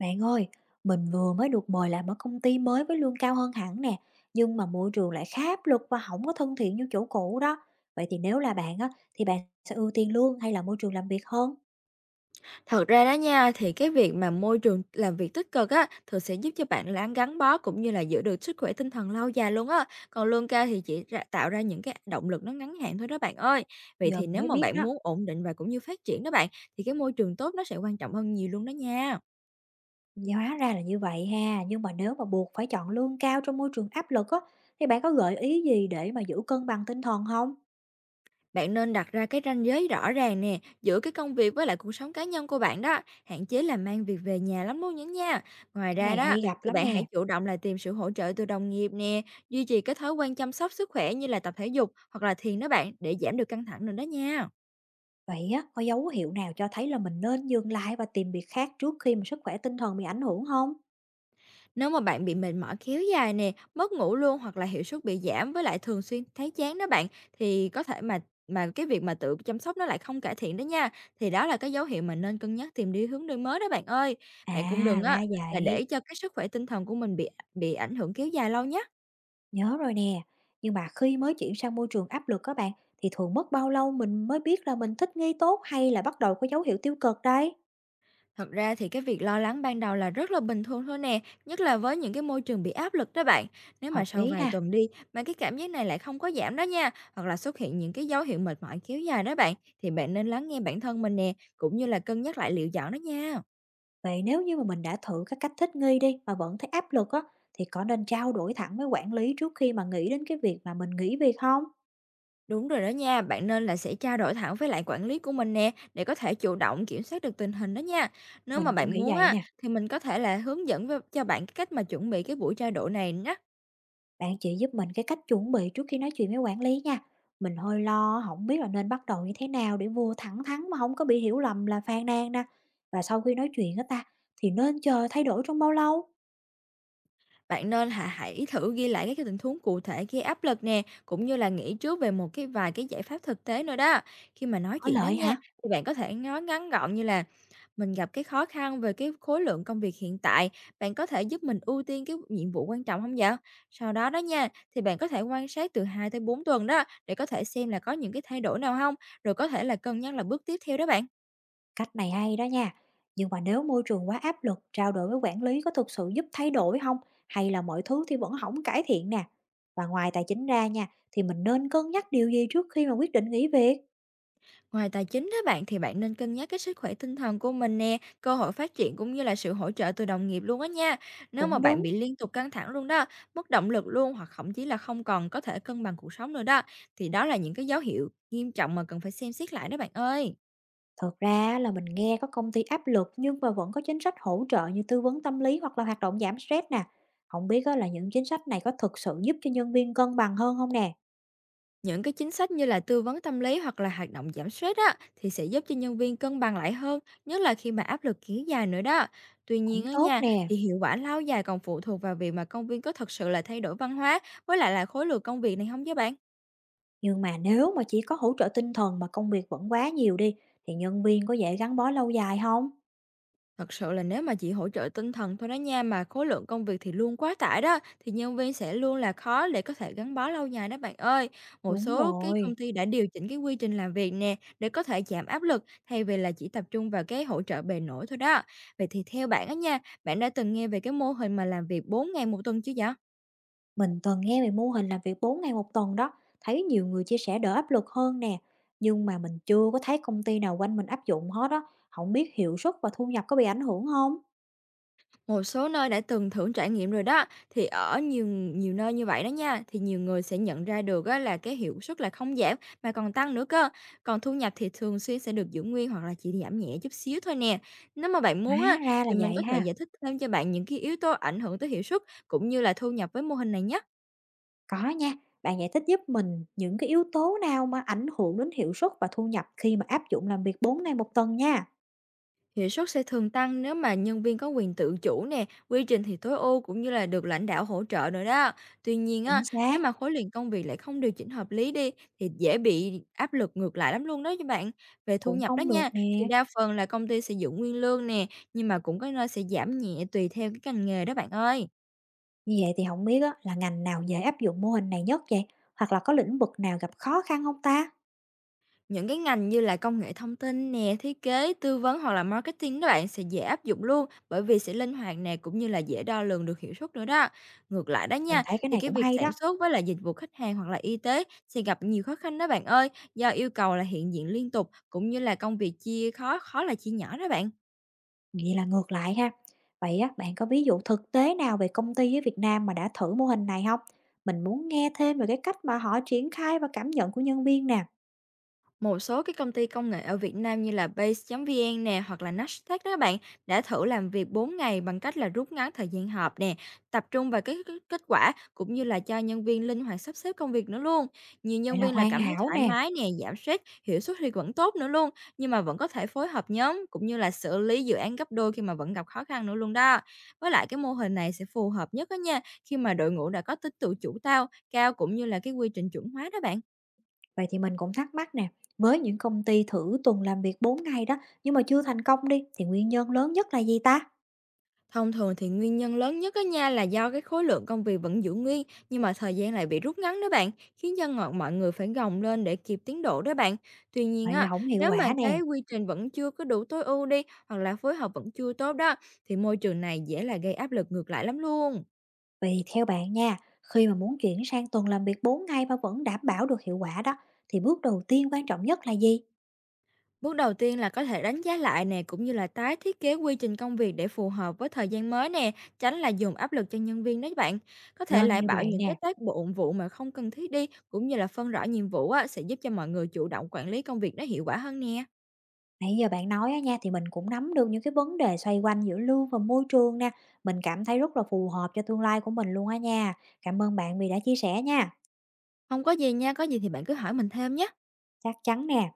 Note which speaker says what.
Speaker 1: Bạn ơi, mình vừa mới được mời làm ở công ty mới với lương cao hơn hẳn nè, nhưng mà môi trường lại khá áp lực và không có thân thiện như chỗ cũ đó. Vậy thì nếu là bạn á, thì bạn sẽ ưu tiên lương hay là môi trường làm việc hơn?
Speaker 2: Thật ra đó nha, thì cái việc mà môi trường làm việc tích cực á, thường sẽ giúp cho bạn láng gắn bó cũng như là giữ được sức khỏe tinh thần lâu dài luôn á. Còn lương cao thì chỉ ra, tạo ra những cái động lực nó ngắn hạn thôi đó bạn ơi. Vậy
Speaker 1: Giờ
Speaker 2: thì
Speaker 1: mình
Speaker 2: nếu
Speaker 1: mới
Speaker 2: mà
Speaker 1: biết
Speaker 2: bạn
Speaker 1: đó,
Speaker 2: muốn ổn định và cũng như phát triển đó bạn, thì cái môi trường tốt nó sẽ quan trọng hơn nhiều luôn đó nha.
Speaker 1: hóa ra là như vậy ha. Nhưng mà nếu mà buộc phải chọn lương cao trong môi trường áp lực á, thì bạn có gợi ý gì để mà giữ cân bằng tinh thần không?
Speaker 2: Bạn nên đặt ra cái ranh giới rõ ràng nè, giữa cái công việc với lại cuộc sống cá nhân của bạn đó, hạn chế là mang việc về nhà lắm luôn đó nha. Ngoài
Speaker 1: Cái
Speaker 2: ra
Speaker 1: này
Speaker 2: đó,
Speaker 1: hay gặp
Speaker 2: thì
Speaker 1: lắm
Speaker 2: bạn hãy
Speaker 1: nè.
Speaker 2: chủ động là tìm sự hỗ trợ từ đồng nghiệp nè, duy trì cái thói quen chăm sóc sức khỏe như là tập thể dục hoặc là thiền đó bạn để giảm được căng thẳng nữa đó nha.
Speaker 1: Vậy á, có dấu hiệu nào cho thấy là mình nên dừng lại và tìm việc khác trước khi mà sức khỏe tinh thần bị ảnh hưởng không?
Speaker 2: Nếu mà bạn bị mệt mỏi kéo dài nè, mất ngủ luôn hoặc là hiệu suất bị giảm với lại thường xuyên thấy chán đó bạn thì có thể mà cái việc mà tự chăm sóc nó lại không cải thiện đó nha. Thì đó là cái dấu hiệu mà nên cân nhắc tìm đi hướng đi mới đó bạn ơi.
Speaker 1: À,
Speaker 2: Bạn cũng đừng á
Speaker 1: ra
Speaker 2: là
Speaker 1: vậy.
Speaker 2: để cho cái sức khỏe tinh thần của mình bị ảnh hưởng kéo dài lâu nhé.
Speaker 1: Nhớ rồi nè, nhưng mà khi mới chuyển sang môi trường áp lực các bạn thì thường mất bao lâu mình mới biết là mình thích nghi tốt hay là bắt đầu có dấu hiệu tiêu cực đấy?
Speaker 2: Thật ra thì cái việc lo lắng ban đầu là rất là bình thường thôi nè, nhất là với những cái môi trường bị áp lực đó bạn. Nếu mà
Speaker 1: Hợp
Speaker 2: sau
Speaker 1: lý
Speaker 2: vài
Speaker 1: ha.
Speaker 2: tuần đi mà cái cảm giác này lại không có giảm đó nha, hoặc là xuất hiện những cái dấu hiệu mệt mỏi kéo dài đó bạn, thì bạn nên lắng nghe bản thân mình nè, cũng như là cân nhắc lại liệu dọn đó nha.
Speaker 1: Vậy nếu như mà mình đã thử các cách thích nghi đi mà vẫn thấy áp lực á thì có nên trao đổi thẳng với quản lý trước khi mà nghĩ đến cái việc mà mình nghỉ việc không?
Speaker 2: Đúng rồi đó nha, bạn nên là sẽ trao đổi thẳng với lại quản lý của mình nè, để có thể chủ động kiểm soát được tình hình đó nha. Nếu mà
Speaker 1: Mình cũng
Speaker 2: bạn
Speaker 1: nghĩ
Speaker 2: muốn
Speaker 1: vậy
Speaker 2: á,
Speaker 1: nè.
Speaker 2: thì mình có thể là hướng dẫn cho bạn cái cách mà chuẩn bị cái buổi trao đổi này nhé.
Speaker 1: Bạn chỉ giúp mình cái cách chuẩn bị trước khi nói chuyện với quản lý nha. Mình hơi lo không biết là nên bắt đầu như thế nào để vừa thẳng thắn mà không có bị hiểu lầm là phàn nàn nè. Và sau khi nói chuyện á ta thì nên chờ thay đổi trong bao lâu?
Speaker 2: Bạn nên hả hãy thử ghi lại các cái tình huống cụ thể gây áp lực nè, cũng như là nghĩ trước về một cái vài cái giải pháp thực tế nữa đó. Khi mà nói
Speaker 1: Có
Speaker 2: chuyện đó
Speaker 1: lợi
Speaker 2: nha,
Speaker 1: hả?
Speaker 2: thì bạn có thể nói ngắn gọn như là mình gặp cái khó khăn về cái khối lượng công việc hiện tại, bạn có thể giúp mình ưu tiên cái nhiệm vụ quan trọng không vậy? Sau đó đó nha, thì bạn có thể quan sát từ 2 tới 4 tuần đó để có thể xem là có những cái thay đổi nào không, rồi có thể là cân nhắc là bước tiếp theo đó bạn.
Speaker 1: Cách này hay đó nha. Nhưng mà nếu môi trường quá áp lực, trao đổi với quản lý có thực sự giúp thay đổi không? Hay là mọi thứ thì vẫn không cải thiện nè? Và ngoài tài chính ra nha, thì mình nên cân nhắc điều gì trước khi mà quyết định nghỉ việc?
Speaker 2: Ngoài tài chính đó bạn thì bạn nên cân nhắc cái sức khỏe tinh thần của mình nè, cơ hội phát triển cũng như là sự hỗ trợ từ đồng nghiệp luôn á nha. Nếu mà
Speaker 1: Cũng
Speaker 2: bạn
Speaker 1: đúng.
Speaker 2: bị liên tục căng thẳng luôn đó, mất động lực luôn hoặc thậm chí là không còn có thể cân bằng cuộc sống nữa đó, thì đó là những cái dấu hiệu nghiêm trọng mà cần phải xem xét lại đó bạn ơi.
Speaker 1: Thực ra là mình nghe có công ty áp lực nhưng mà vẫn có chính sách hỗ trợ như tư vấn tâm lý hoặc là hoạt động giảm stress nè. Không biết á là những chính sách này có thực sự giúp cho nhân viên cân bằng hơn không nè?
Speaker 2: Những cái chính sách như là tư vấn tâm lý hoặc là hoạt động giảm stress á, thì sẽ giúp cho nhân viên cân bằng lại hơn, nhất là khi mà áp lực kéo dài nữa đó. Tuy nhiên
Speaker 1: Cũng
Speaker 2: ở
Speaker 1: tốt
Speaker 2: nhà
Speaker 1: nè.
Speaker 2: thì hiệu quả lâu dài còn phụ thuộc vào việc mà công viên có thật sự là thay đổi văn hóa với lại là khối lượng công việc này không với bạn.
Speaker 1: Nhưng mà nếu mà chỉ có hỗ trợ tinh thần mà công việc vẫn quá nhiều đi thì nhân viên có dễ gắn bó lâu dài không?
Speaker 2: Thật sự là nếu mà chỉ hỗ trợ tinh thần thôi đó nha, mà khối lượng công việc thì luôn quá tải đó, thì nhân viên sẽ luôn là khó để có thể gắn bó lâu dài đó bạn ơi. Một
Speaker 1: Đúng
Speaker 2: số cái công
Speaker 1: rồi.
Speaker 2: ty đã điều chỉnh cái quy trình làm việc nè, để có thể giảm áp lực thay vì là chỉ tập trung vào cái hỗ trợ bề nổi thôi đó. Vậy thì theo bạn á nha, bạn đã từng nghe về cái mô hình mà làm việc 4 ngày 1 tuần chưa vậy?
Speaker 1: Mình từng nghe về mô hình làm việc 4 ngày một tuần đó, thấy nhiều người chia sẻ đỡ áp lực hơn nè. Nhưng mà mình chưa có thấy công ty nào quanh mình áp dụng hết đó, không biết hiệu suất và thu nhập có bị ảnh hưởng không?
Speaker 2: Một số nơi đã từng thử trải nghiệm rồi đó, thì ở nhiều nhiều nơi như vậy đó nha, thì nhiều người sẽ nhận ra được á, là cái hiệu suất là không giảm mà còn tăng nữa cơ. Còn thu nhập thì thường xuyên sẽ được giữ nguyên hoặc là chỉ giảm nhẹ chút xíu thôi nè. Nếu mà bạn muốn
Speaker 1: Hóa
Speaker 2: á,
Speaker 1: ra là
Speaker 2: thì mình
Speaker 1: vậy
Speaker 2: có thể
Speaker 1: ha.
Speaker 2: giải thích thêm cho bạn những cái yếu tố ảnh hưởng tới hiệu suất cũng như là thu nhập với mô hình này nhé.
Speaker 1: Có nha, bạn giải thích giúp mình những cái yếu tố nào mà ảnh hưởng đến hiệu suất và thu nhập khi mà áp dụng làm việc 4 ngày một tuần nha.
Speaker 2: Hiệu suất sẽ thường tăng nếu mà nhân viên có quyền tự chủ nè, quy trình thì tối ưu cũng như là được lãnh đạo hỗ trợ nữa đó. Tuy nhiên á,
Speaker 1: Chính
Speaker 2: nếu
Speaker 1: xác,
Speaker 2: mà khối lượng công việc lại không điều chỉnh hợp lý đi thì dễ bị áp lực ngược lại lắm luôn đó các bạn. Về thu
Speaker 1: cũng
Speaker 2: nhập đó
Speaker 1: không được
Speaker 2: nha, thì
Speaker 1: nè.
Speaker 2: đa phần là công ty sẽ giữ nguyên lương nè, nhưng mà cũng có nơi sẽ giảm nhẹ tùy theo cái ngành nghề đó bạn ơi.
Speaker 1: Như vậy thì không biết á, là ngành nào dễ áp dụng mô hình này nhất vậy? Hoặc là có lĩnh vực nào gặp khó khăn không ta?
Speaker 2: Những cái ngành như là công nghệ thông tin nè, thiết kế, tư vấn hoặc là marketing đó bạn sẽ dễ áp dụng luôn bởi vì sẽ linh hoạt nè cũng như là dễ đo lường được hiệu suất nữa đó. Ngược lại đó
Speaker 1: Mình
Speaker 2: nha,
Speaker 1: thấy cái
Speaker 2: thì
Speaker 1: này
Speaker 2: cái
Speaker 1: cũng
Speaker 2: việc
Speaker 1: hay
Speaker 2: sản
Speaker 1: đó.
Speaker 2: xuất với là dịch vụ khách hàng hoặc là y tế sẽ gặp nhiều khó khăn đó bạn ơi, do yêu cầu là hiện diện liên tục cũng như là công việc chia khó khó là chia nhỏ đó bạn.
Speaker 1: Vậy là ngược lại ha. Vậy á, bạn có ví dụ thực tế nào về công ty ở Việt Nam mà đã thử mô hình này không? Mình muốn nghe thêm về cái cách mà họ triển khai và cảm nhận của nhân viên nè.
Speaker 2: Một số cái công ty công nghệ ở Việt Nam như là Base.vn nè hoặc là Nasdaq đó bạn đã thử làm việc 4 ngày bằng cách là rút ngắn thời gian họp nè, tập trung vào cái kết quả cũng như là cho nhân viên linh hoạt sắp xếp công việc nữa luôn. Nhiều
Speaker 1: Vậy
Speaker 2: nhân
Speaker 1: là
Speaker 2: viên là
Speaker 1: hoàn
Speaker 2: cảm thấy
Speaker 1: hảo
Speaker 2: thoải
Speaker 1: nè.
Speaker 2: mái nè, giảm stress, hiệu suất thì vẫn tốt nữa luôn, nhưng mà vẫn có thể phối hợp nhóm cũng như là xử lý dự án gấp đôi khi mà vẫn gặp khó khăn nữa luôn đó. Với lại cái mô hình này sẽ phù hợp nhất đó nha, khi mà đội ngũ đã có tính tự chủ cao cũng như là cái quy trình chuẩn hóa đó bạn.
Speaker 1: Vậy thì mình cũng thắc mắc nè, với những công ty thử tuần làm việc 4 ngày đó nhưng mà chưa thành công đi thì nguyên nhân lớn nhất là gì ta?
Speaker 2: Thông thường thì nguyên nhân lớn nhất á nha là do cái khối lượng công việc vẫn giữ nguyên nhưng mà thời gian lại bị rút ngắn đó bạn, khiến cho mọi người phải gồng lên để kịp tiến độ đó bạn. Tuy nhiên
Speaker 1: Vậy
Speaker 2: á,
Speaker 1: là không hiệu
Speaker 2: nếu mà
Speaker 1: quả
Speaker 2: cái
Speaker 1: nè.
Speaker 2: quy trình vẫn chưa có đủ tối ưu đi hoặc là phối hợp vẫn chưa tốt đó thì môi trường này dễ là gây áp lực ngược lại lắm luôn.
Speaker 1: Vậy thì theo bạn nha, khi mà muốn chuyển sang tuần làm việc 4 ngày mà vẫn đảm bảo được hiệu quả đó thì bước đầu tiên quan trọng nhất là gì?
Speaker 2: Bước đầu tiên là có thể đánh giá lại nè, cũng như là tái thiết kế quy trình công việc để phù hợp với thời gian mới nè, tránh là dùng áp lực cho nhân viên đấy bạn. Có thể
Speaker 1: Nên
Speaker 2: lại
Speaker 1: như
Speaker 2: bảo
Speaker 1: vậy
Speaker 2: những cái
Speaker 1: nè,
Speaker 2: tác bộ vụ mà không cần thiết đi, cũng như là phân rõ nhiệm vụ á, sẽ giúp cho mọi người chủ động quản lý công việc nó hiệu quả hơn nè.
Speaker 1: nãy giờ bạn nói á nha thì mình cũng nắm được những cái vấn đề xoay quanh giữa lương và môi trường nè. Mình cảm thấy rất là phù hợp cho tương lai của mình luôn á nha. Cảm ơn bạn vì đã chia sẻ nha.
Speaker 2: Không có gì nha, có gì thì bạn cứ hỏi mình thêm nhé.
Speaker 1: Chắc chắn nè.